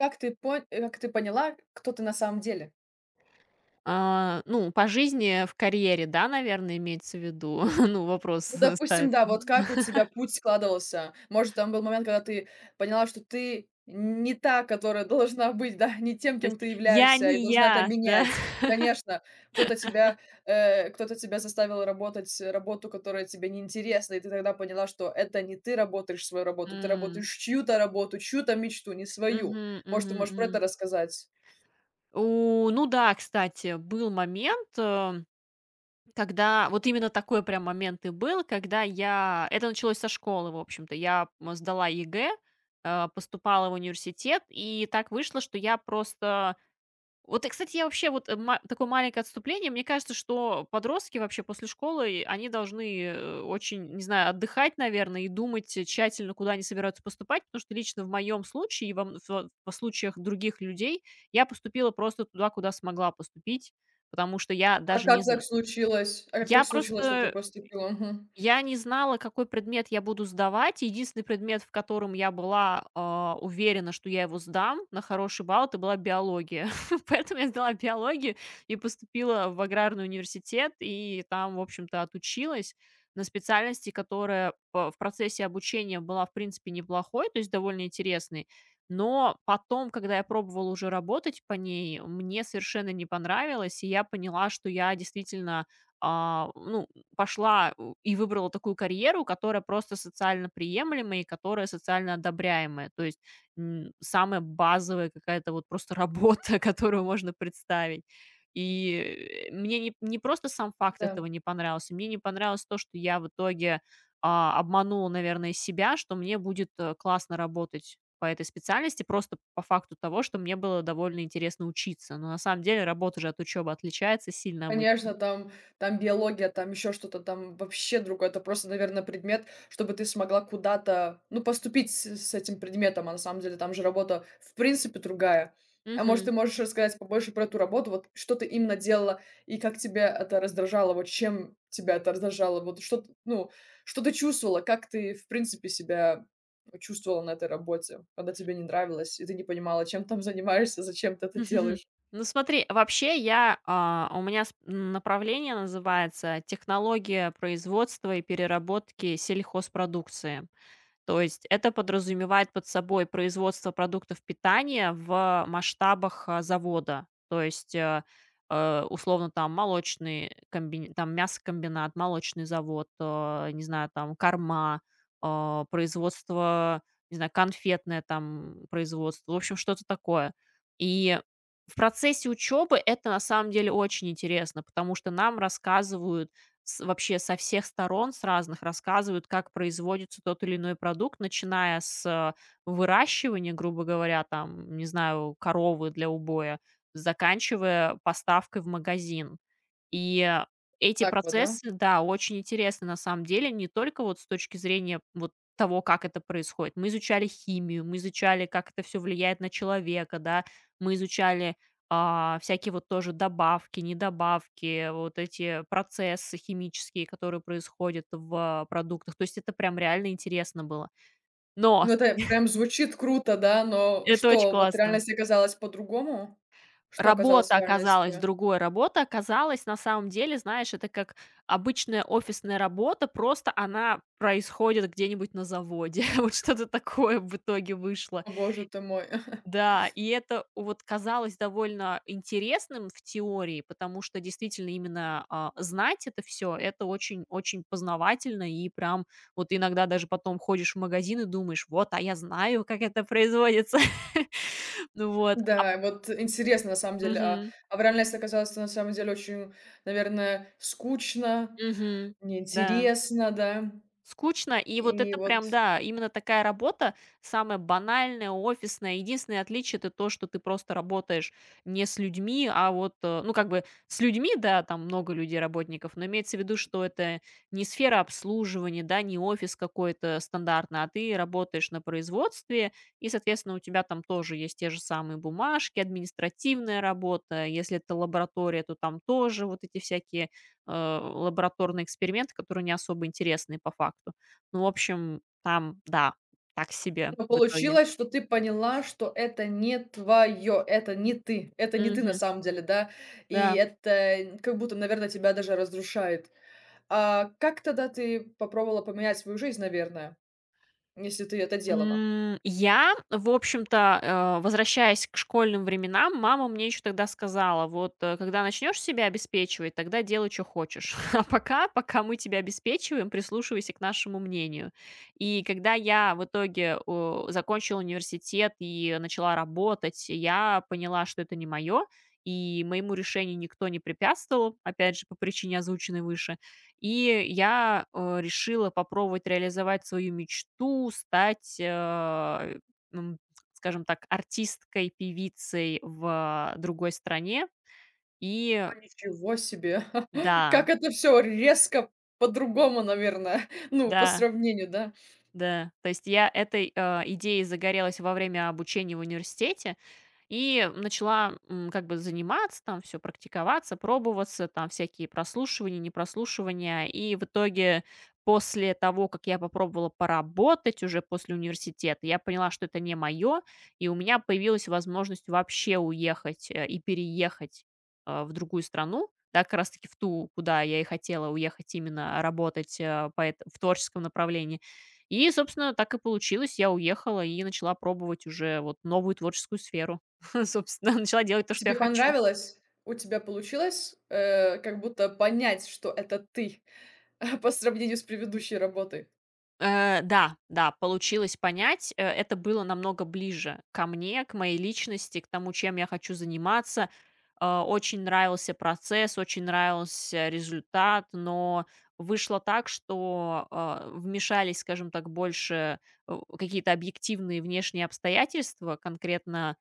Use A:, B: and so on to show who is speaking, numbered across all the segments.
A: Как ты как ты поняла, кто ты на самом деле?
B: А, ну, по жизни, в карьере, да, наверное, имеется в виду? Ну, вопрос,
A: Ну, допустим,
B: ставит.
A: да, вот как у тебя путь складывался? Может, там был момент, когда ты поняла, что ты не та, которая должна быть, да, не тем, кем ты
B: Я
A: являешься, и
B: не
A: должна это
B: я, да.
A: менять. Конечно, кто-то тебя, кто-то тебя заставил работать работу, которая тебе неинтересна, и ты тогда поняла, что это не ты работаешь свою работу, ты
B: М.
A: работаешь чью-то работу, чью-то мечту, не свою.
B: Мгм,
A: Может, ты
B: мгм,
A: можешь про
B: мгм.
A: это рассказать?
B: Ну да, кстати, был момент, когда вот именно такой прям момент и был, когда я это началось со школы, в общем-то. Я, сдала ЕГЭ, поступала в университет, и так вышло, что я просто. Вот, и, кстати, я вообще вот, э, ма такое маленькое отступление. Мне кажется, что подростки вообще после школы, и они должны, очень, не знаю, отдыхать, наверное, и думать, тщательно, куда они собираются поступать. Потому что лично в моем случае и во мн фо во случаях других людей я поступила просто туда, куда смогла поступить, потому что я
A: А
B: даже не
A: как так
B: знаю,
A: случилось? А как так
B: я
A: случилось, что ты
B: просто
A: поступила? Мгм.
B: я не знала, какой предмет я буду сдавать. Единственный предмет, в котором я была, уверена, что я его сдам на хороший балл, это была биология. Поэтому я сдала биологию и поступила в аграрный университет, и там, в общем-то, отучилась на специальности, которая в процессе обучения была, в принципе, неплохой, то есть довольно интересной. Но потом, когда я пробовала уже работать по ней, мне совершенно не понравилось, и я поняла, что я действительно, ну, пошла у и выбрала такую карьеру, которая просто социально приемлемая и которая социально одобряемая. То есть, самая базовая какая-то вот просто работа, которую можно представить. И, мне не просто сам факт
A: Да.
B: этого не понравился, мне не понравилось то, что я в итоге, обманула, наверное, себя, что мне будет, классно работать по этой специальности просто по факту того, что мне было довольно интересно учиться. Но на самом деле работа же от учебы отличается сильно обычно.
A: Конечно, там там биология, там еще что-то, там вообще другое. Это просто, наверное, предмет, чтобы ты смогла куда-то, ну, поступить с этим предметом, а на самом деле там же работа в принципе другая. А может,
B: Мгм.
A: ты можешь рассказать побольше про эту работу? Вот что ты именно делала и как тебя это раздражало? Вот чем тебя это раздражало? Вот что т ну, что ты чувствовала? Как ты, в принципе, себя чувствовала на этой работе, когда тебе не нравилось и ты не понимала, чем там занимаешься, зачем ты это
B: Мгм.
A: делаешь?
B: Ну смотри, вообще у меня направление называется технология производства и переработки сельхозпродукции. То есть это подразумевает под собой производство продуктов питания в масштабах, завода. То есть, условно, там молочный комбин там мясокомбинат, молочный завод, не знаю, там корма, производство, не знаю, конфетное там производство, в общем, что-то такое. И в процессе учебы это на самом деле очень интересно, потому что нам рассказывают с вообще со всех сторон, с разных рассказывают, как производится тот или иной продукт, начиная с, выращивания, грубо говоря, там, не знаю, коровы для убоя, заканчивая поставкой в магазин. И, эти
A: Так вот, да?
B: процессы, да, очень интересны на самом деле не только вот с точки зрения вот того, как это происходит. Мы изучали химию, мы изучали, как это все влияет на человека, да, мы изучали, всякие вот тоже добавки, недобавки, вот эти процессы химические, которые происходят в продуктах. То есть это прям реально интересно было. Но
A: Ну, это прям звучит круто, да, но
B: это очень
A: что, вот
B: классно.
A: реальность оказалась по-другому? Что оказалось в
B: Работа оказалась
A: реальности?
B: другой, работа оказалась на самом деле, знаешь, это как обычная офисная работа, просто она происходит где-нибудь на заводе. Вот что-то такое в итоге вышло.
A: О боже ты мой.
B: Да, и это вот казалось довольно интересным в теории, потому что действительно именно, знать это все, это очень очень познавательно, и прям вот иногда даже потом ходишь в магазин и думаешь: "Вот, а я знаю, как это производится". Ну вот.
A: Да, вот интересно на самом деле.
B: Мгм.
A: А в реальности оказалось на самом деле очень, наверное, скучно,
B: Мгм. Да.
A: неинтересно, да.
B: Скучно, и вот
A: И
B: это
A: вот,
B: прям, да, именно такая работа, самая банальная, офисная. Единственное отличие — это то, что ты просто работаешь не с людьми, а вот, ну, как бы с людьми, да, там много людей, работников, но имеется в виду, что это не сфера обслуживания, да, не офис какой-то стандартный, а ты работаешь на производстве, и, соответственно, у тебя там тоже есть те же самые бумажки, административная работа. Если это лаборатория, то там тоже вот эти всякие лабораторные эксперименты, которые не особо интересные по факту. Ну, в общем, там, да, так себе
A: но
B: в итоге.
A: получилось, что ты поняла, что это не твое, это не ты на
B: Мгм.
A: самом деле, да. И
B: Да.
A: это как будто, наверное, тебя даже разрушает. А как тогда ты попробовала поменять свою жизнь, наверное, если ты это делала?
B: Я, в общем-то, возвращаясь к школьным временам, мама мне еще тогда сказала: "Вот, когда начнешь себя обеспечивать, тогда делай, чё хочешь. А пока мы тебя обеспечиваем, прислушивайся к нашему мнению". И когда я в итоге, закончила университет и начала работать, я поняла, что это не мое, и моему решению никто не препятствовал, опять же, по причине, озвученной выше. И я, решила попробовать реализовать свою мечту, стать, м, скажем так, артисткой, певицей в другой стране. И
A: О, ничего себе! Как
B: да,
A: это все резко по-другому, наверное, ну, по
B: да,
A: сравнению, да?
B: да. То есть я этой, идеей загорелась во время обучения в университете. И начала, как бы заниматься, там все практиковаться, пробоваться, там всякие прослушивания, не прослушивания. И в итоге после того, как я попробовала поработать уже после университета, я поняла, что это не мое, и у меня появилась возможность вообще уехать, и переехать, в другую страну. Да, как раз таки в ту, куда я и хотела уехать именно работать, э, по эт в творческом направлении. И, собственно, так и получилось. Я уехала и начала пробовать уже вот новую творческую сферу. Собственно, начала делать то, что я
A: Тебе
B: хочу.
A: понравилось? У тебя получилось, как будто понять, что это ты, по сравнению с предыдущей работой?
B: Да, да, получилось понять. Это было намного ближе ко мне, к моей личности, к тому, чем я хочу заниматься. Очень нравился процесс, очень нравился результат, но вышло так, что вмешались, скажем так, больше какие-то объективные внешние обстоятельства, конкретно.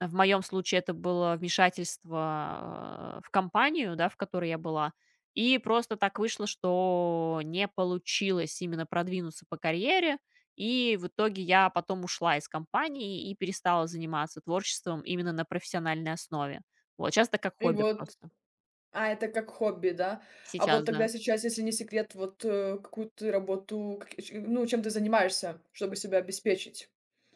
B: В моем случае это было вмешательство, в компанию, да, в которой я была. И просто так вышло, что не получилось именно продвинуться по карьере. И в итоге я потом ушла из компании и перестала заниматься творчеством именно на профессиональной основе. Вот, сейчас это как
A: И
B: хобби
A: вот,
B: просто.
A: а, это как хобби, да? А вот
B: Сейчас,
A: тогда
B: да.
A: сейчас, если не секрет, вот, какую ты работу, как ч ну, чем ты занимаешься, чтобы себя обеспечить?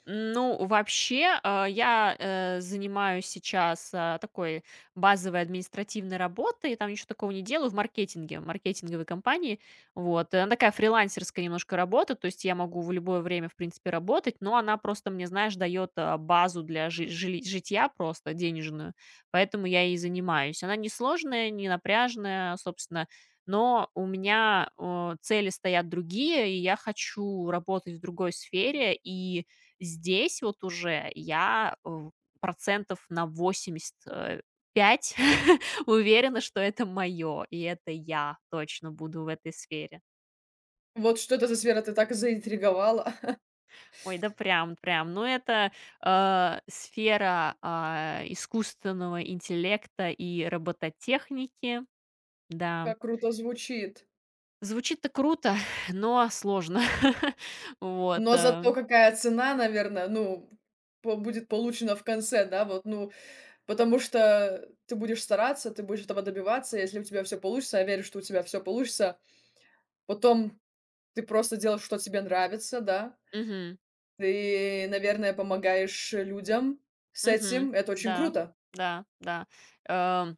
B: Ну, вообще, я, занимаюсь сейчас, такой базовой административной работой, там ничего такого не делаю, в маркетинге, в маркетинговой компании. Вот, она такая фрилансерская немножко работа, то есть я могу в любое время, в принципе, работать, но она просто мне, знаешь, дает, базу для жи жили житья просто денежную, поэтому я и занимаюсь. Она не сложная, не напряжная, собственно, но у меня, цели стоят другие, и я хочу работать в другой сфере, и здесь вот уже я, процентов на 80 5 уверена, что это моё, и это я точно буду в этой сфере.
A: Вот что это за сфера? Ты так заинтриговала.
B: Ой, да прям, прям. Ну, это, сфера, искусственного интеллекта и робототехники. Да.
A: Как круто звучит.
B: Звучит-то круто, но сложно. Вот,
A: Но
B: э.
A: зато какая цена, наверное, ну, по будет получена в конце, да, вот, ну, потому что ты будешь стараться, ты будешь этого добиваться. Если у тебя все получится, я верю, что у тебя все получится. Потом ты просто делаешь, что тебе нравится, да.
B: Мгм.
A: Ты, наверное, помогаешь людям с
B: Мгм.
A: этим. Это очень
B: Да.
A: круто.
B: Да, да. Эм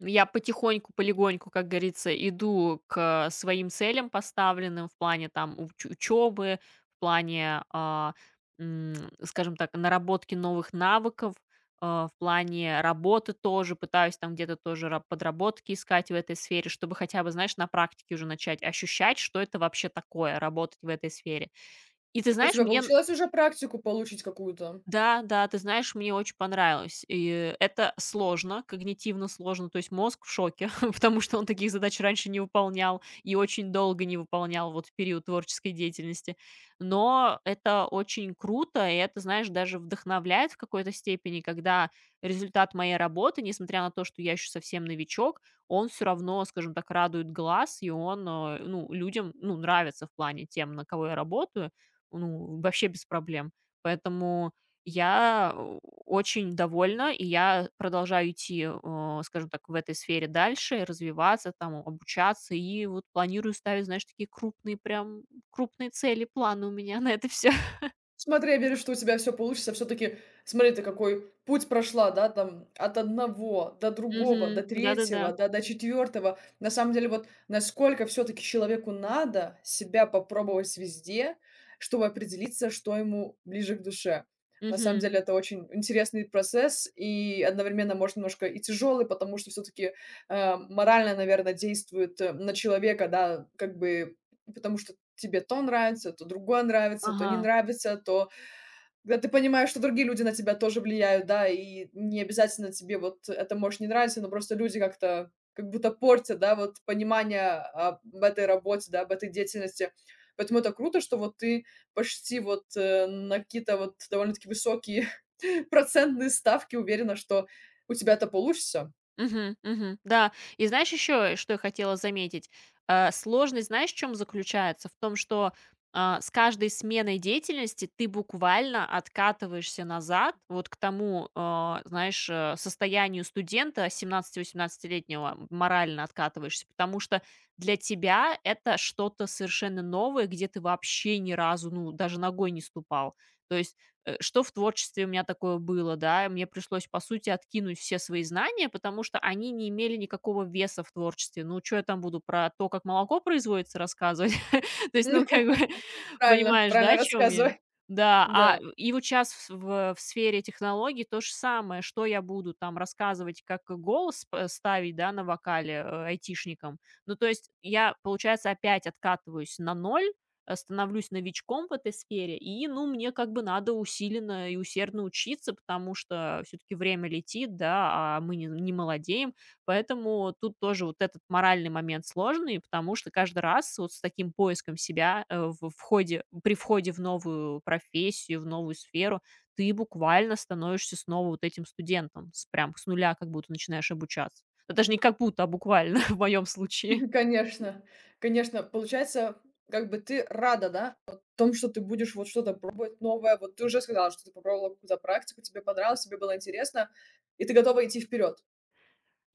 B: Я потихоньку, полегоньку, как говорится, иду к своим целям поставленным в плане там учебы, в плане, м, скажем так, наработки новых навыков, в плане работы тоже, пытаюсь там где-то тоже подработки искать в этой сфере, чтобы хотя бы, знаешь, на практике уже начать ощущать, что это вообще такое, работать в этой сфере. И ты
A: У
B: знаешь,
A: тебя
B: мне
A: получилось уже практику получить какую-то?
B: да, да, ты знаешь, мне очень понравилось. И это сложно, когнитивно сложно, то есть мозг в шоке, потому что он таких задач раньше не выполнял и очень долго не выполнял вот в период творческой деятельности. Но это очень круто, и это, знаешь, даже вдохновляет в какой-то степени, когда результат моей работы, несмотря на то, что я еще совсем новичок, он все равно, скажем так, радует глаз, и он, ну, людям ну, нравится в плане тем, на кого я работаю, ну, вообще без проблем. Поэтому я, очень довольна, и я продолжаю идти, скажем так, в этой сфере дальше, развиваться, там, обучаться. И вот планирую ставить, знаешь, такие крупные, прям крупные цели, планы у меня на это все.
A: Смотри, я верю, что у тебя все получится. Все таки смотри, ты какой путь прошла, да, там от одного до другого, до
B: Мгм.
A: третьего,
B: Да-да-да.
A: да, до четвертого. На самом деле, вот насколько все таки человеку надо себя попробовать везде, чтобы определиться, что ему ближе к душе. На самом
B: Мгм.
A: деле это очень интересный процесс и одновременно, может, немножко и тяжелый, потому что все таки морально, наверное, действует, на человека, да, как бы. Потому что тебе то нравится, то другое нравится, то не
B: Ага.
A: нравится, то когда ты понимаешь, что другие люди на тебя тоже влияют, да, и не обязательно тебе вот это может не нравиться, но просто люди как-то как будто портят, да, вот понимание об этой работе, да, об этой деятельности. Поэтому это круто, что вот ты почти вот на какие-то вот довольно-таки высокие процентные ставки уверена, что у тебя это получится.
B: Мгм, мгм. Да. И знаешь еще, что я хотела заметить? Сложность, знаешь, в чем заключается? В том, что, с каждой сменой деятельности ты буквально откатываешься назад вот к тому, знаешь, состоянию студента семнадцати-восемнадцатилетнего морально откатываешься, потому что для тебя это что-то совершенно новое, где ты вообще ни разу, ну, даже ногой не ступал. То есть что в творчестве у меня такое было, да, мне пришлось, по сути, откинуть все свои знания, потому что они не имели никакого веса в творчестве. Ну, что я там буду про то, как молоко производится, рассказывать? То есть, ну, как бы,
A: Правильно,
B: понимаешь, да,
A: правильно
B: о чем я?
A: рассказывай.
B: Да,
A: Да.
B: и вот сейчас в, сфере технологий то же самое, что я буду там рассказывать, как голос ставить, да, на вокале айтишникам. Ну, то есть я, получается, опять откатываюсь на ноль, становлюсь новичком в этой сфере, и, ну, мне как бы надо усиленно и усердно учиться, потому что все-таки время летит, да, а мы не молодеем, поэтому тут тоже вот этот моральный момент сложный, потому что каждый раз вот с таким поиском себя, в ходе, при входе в новую профессию, в новую сферу, ты буквально становишься снова вот этим студентом, прям с нуля как будто начинаешь обучаться. Да даже не как будто, а буквально в моем случае.
A: Ну конечно, конечно. Получается, как бы ты рада, да, о том, что ты будешь вот что-то пробовать новое. Вот ты уже сказала, что ты попробовала какую-то практику, тебе понравилось, тебе было интересно, и ты готова идти вперед.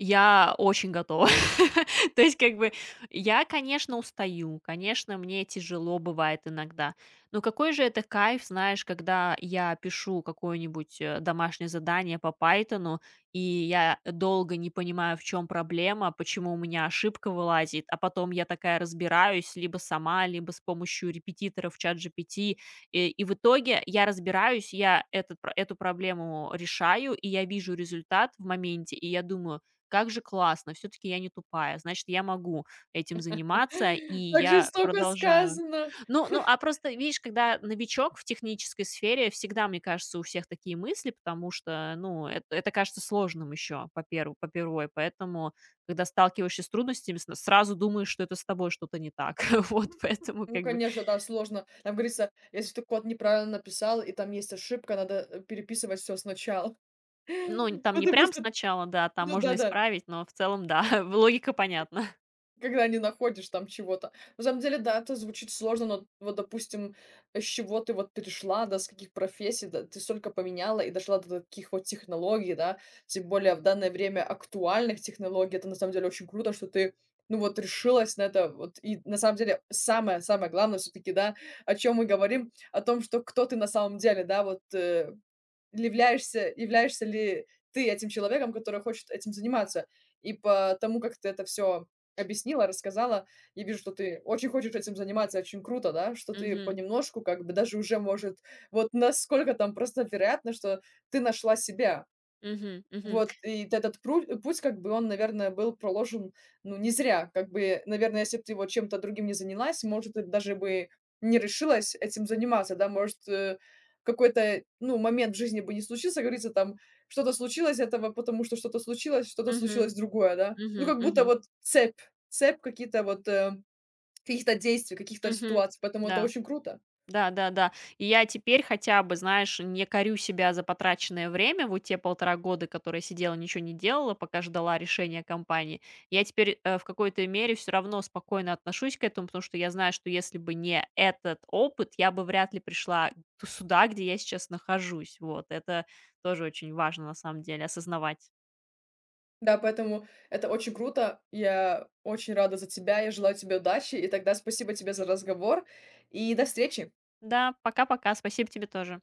B: Я очень готова. То есть, как бы, я, конечно, устаю, конечно, мне тяжело бывает иногда. Но какой же это кайф, знаешь, когда я пишу какое-нибудь домашнее задание по Пайтону, и я долго не понимаю, в чем проблема, почему у меня ошибка вылазит, а потом я такая разбираюсь либо сама, либо с помощью репетиторов чат GPT, и в итоге я разбираюсь, я эту проблему решаю, и я вижу результат в моменте, и я думаю, как же классно, все таки я не тупая, значит, я могу этим заниматься, и
A: Так
B: я
A: жестоко
B: продолжаю.
A: сказано.
B: Ну ну, а просто, видишь, когда новичок в технической сфере, всегда, мне кажется, у всех такие мысли, потому что, ну, эт это кажется сложным еще по первой, поэтому, когда сталкиваешься с трудностями, сн сразу думаешь, что это с тобой что-то не так. Вот, поэтому
A: Ну,
B: как бы,
A: конечно, да, сложно. Там говорится, если ты код неправильно написал, и там есть ошибка, надо переписывать все сначала.
B: ну, н там не
A: Потому
B: прям
A: что,
B: сначала, да, там
A: ну
B: можно
A: да-да.
B: исправить, но в целом, да, логика понятна.
A: Когда не находишь там чего-то. На самом деле, да, это звучит сложно, но вот, допустим, с чего ты вот перешла, да, с каких профессий, да, ты столько поменяла и дошла до таких вот технологий, да, тем более в данное время актуальных технологий. Это на самом деле очень круто, что ты, ну вот, решилась на это. Вот. И на самом деле самое-самое главное все-таки, да, о чем мы говорим, о том, что кто ты на самом деле, да, вот, являешься ли ты этим человеком, который хочет этим заниматься? И по тому, как ты это все объяснила, рассказала, я вижу, что ты очень хочешь этим заниматься, очень круто, да, что ты
B: Мгм,
A: понемножку, как бы даже уже, может, вот насколько там просто вероятно, что ты нашла себя.
B: мгм, мгм,
A: Вот, и т этот путь, как бы он, наверное, был проложен, ну, не зря. Как бы, наверное, если бы ты его чем-то другим не занялась, может, ты даже бы не решилась этим заниматься, да. Может, какой-то, ну, момент в жизни бы не случился, как говорится, там, что-то случилось этого, потому что что-то
B: мгм,
A: случилось другое, да. Ну,
B: мгм,
A: как будто
B: мгм.
A: вот цепь какие-то вот, каких-то действий, каких-то
B: Мгм.
A: ситуаций, поэтому это
B: Да,
A: очень круто.
B: да-да-да. И я теперь хотя бы, знаешь, не корю себя за потраченное время. Вот те полтора года, которые сидела, ничего не делала, пока ждала решения компании. Я теперь, в какой-то мере все равно спокойно отношусь к этому, потому что я знаю, что если бы не этот опыт, я бы вряд ли пришла т сюда, где я сейчас нахожусь. Вот это тоже очень важно на самом деле осознавать.
A: Да, поэтому это очень круто. Я очень рада за тебя. Я желаю тебе удачи. И тогда спасибо тебе за разговор. И до встречи.
B: Да, пока-пока. Спасибо тебе тоже.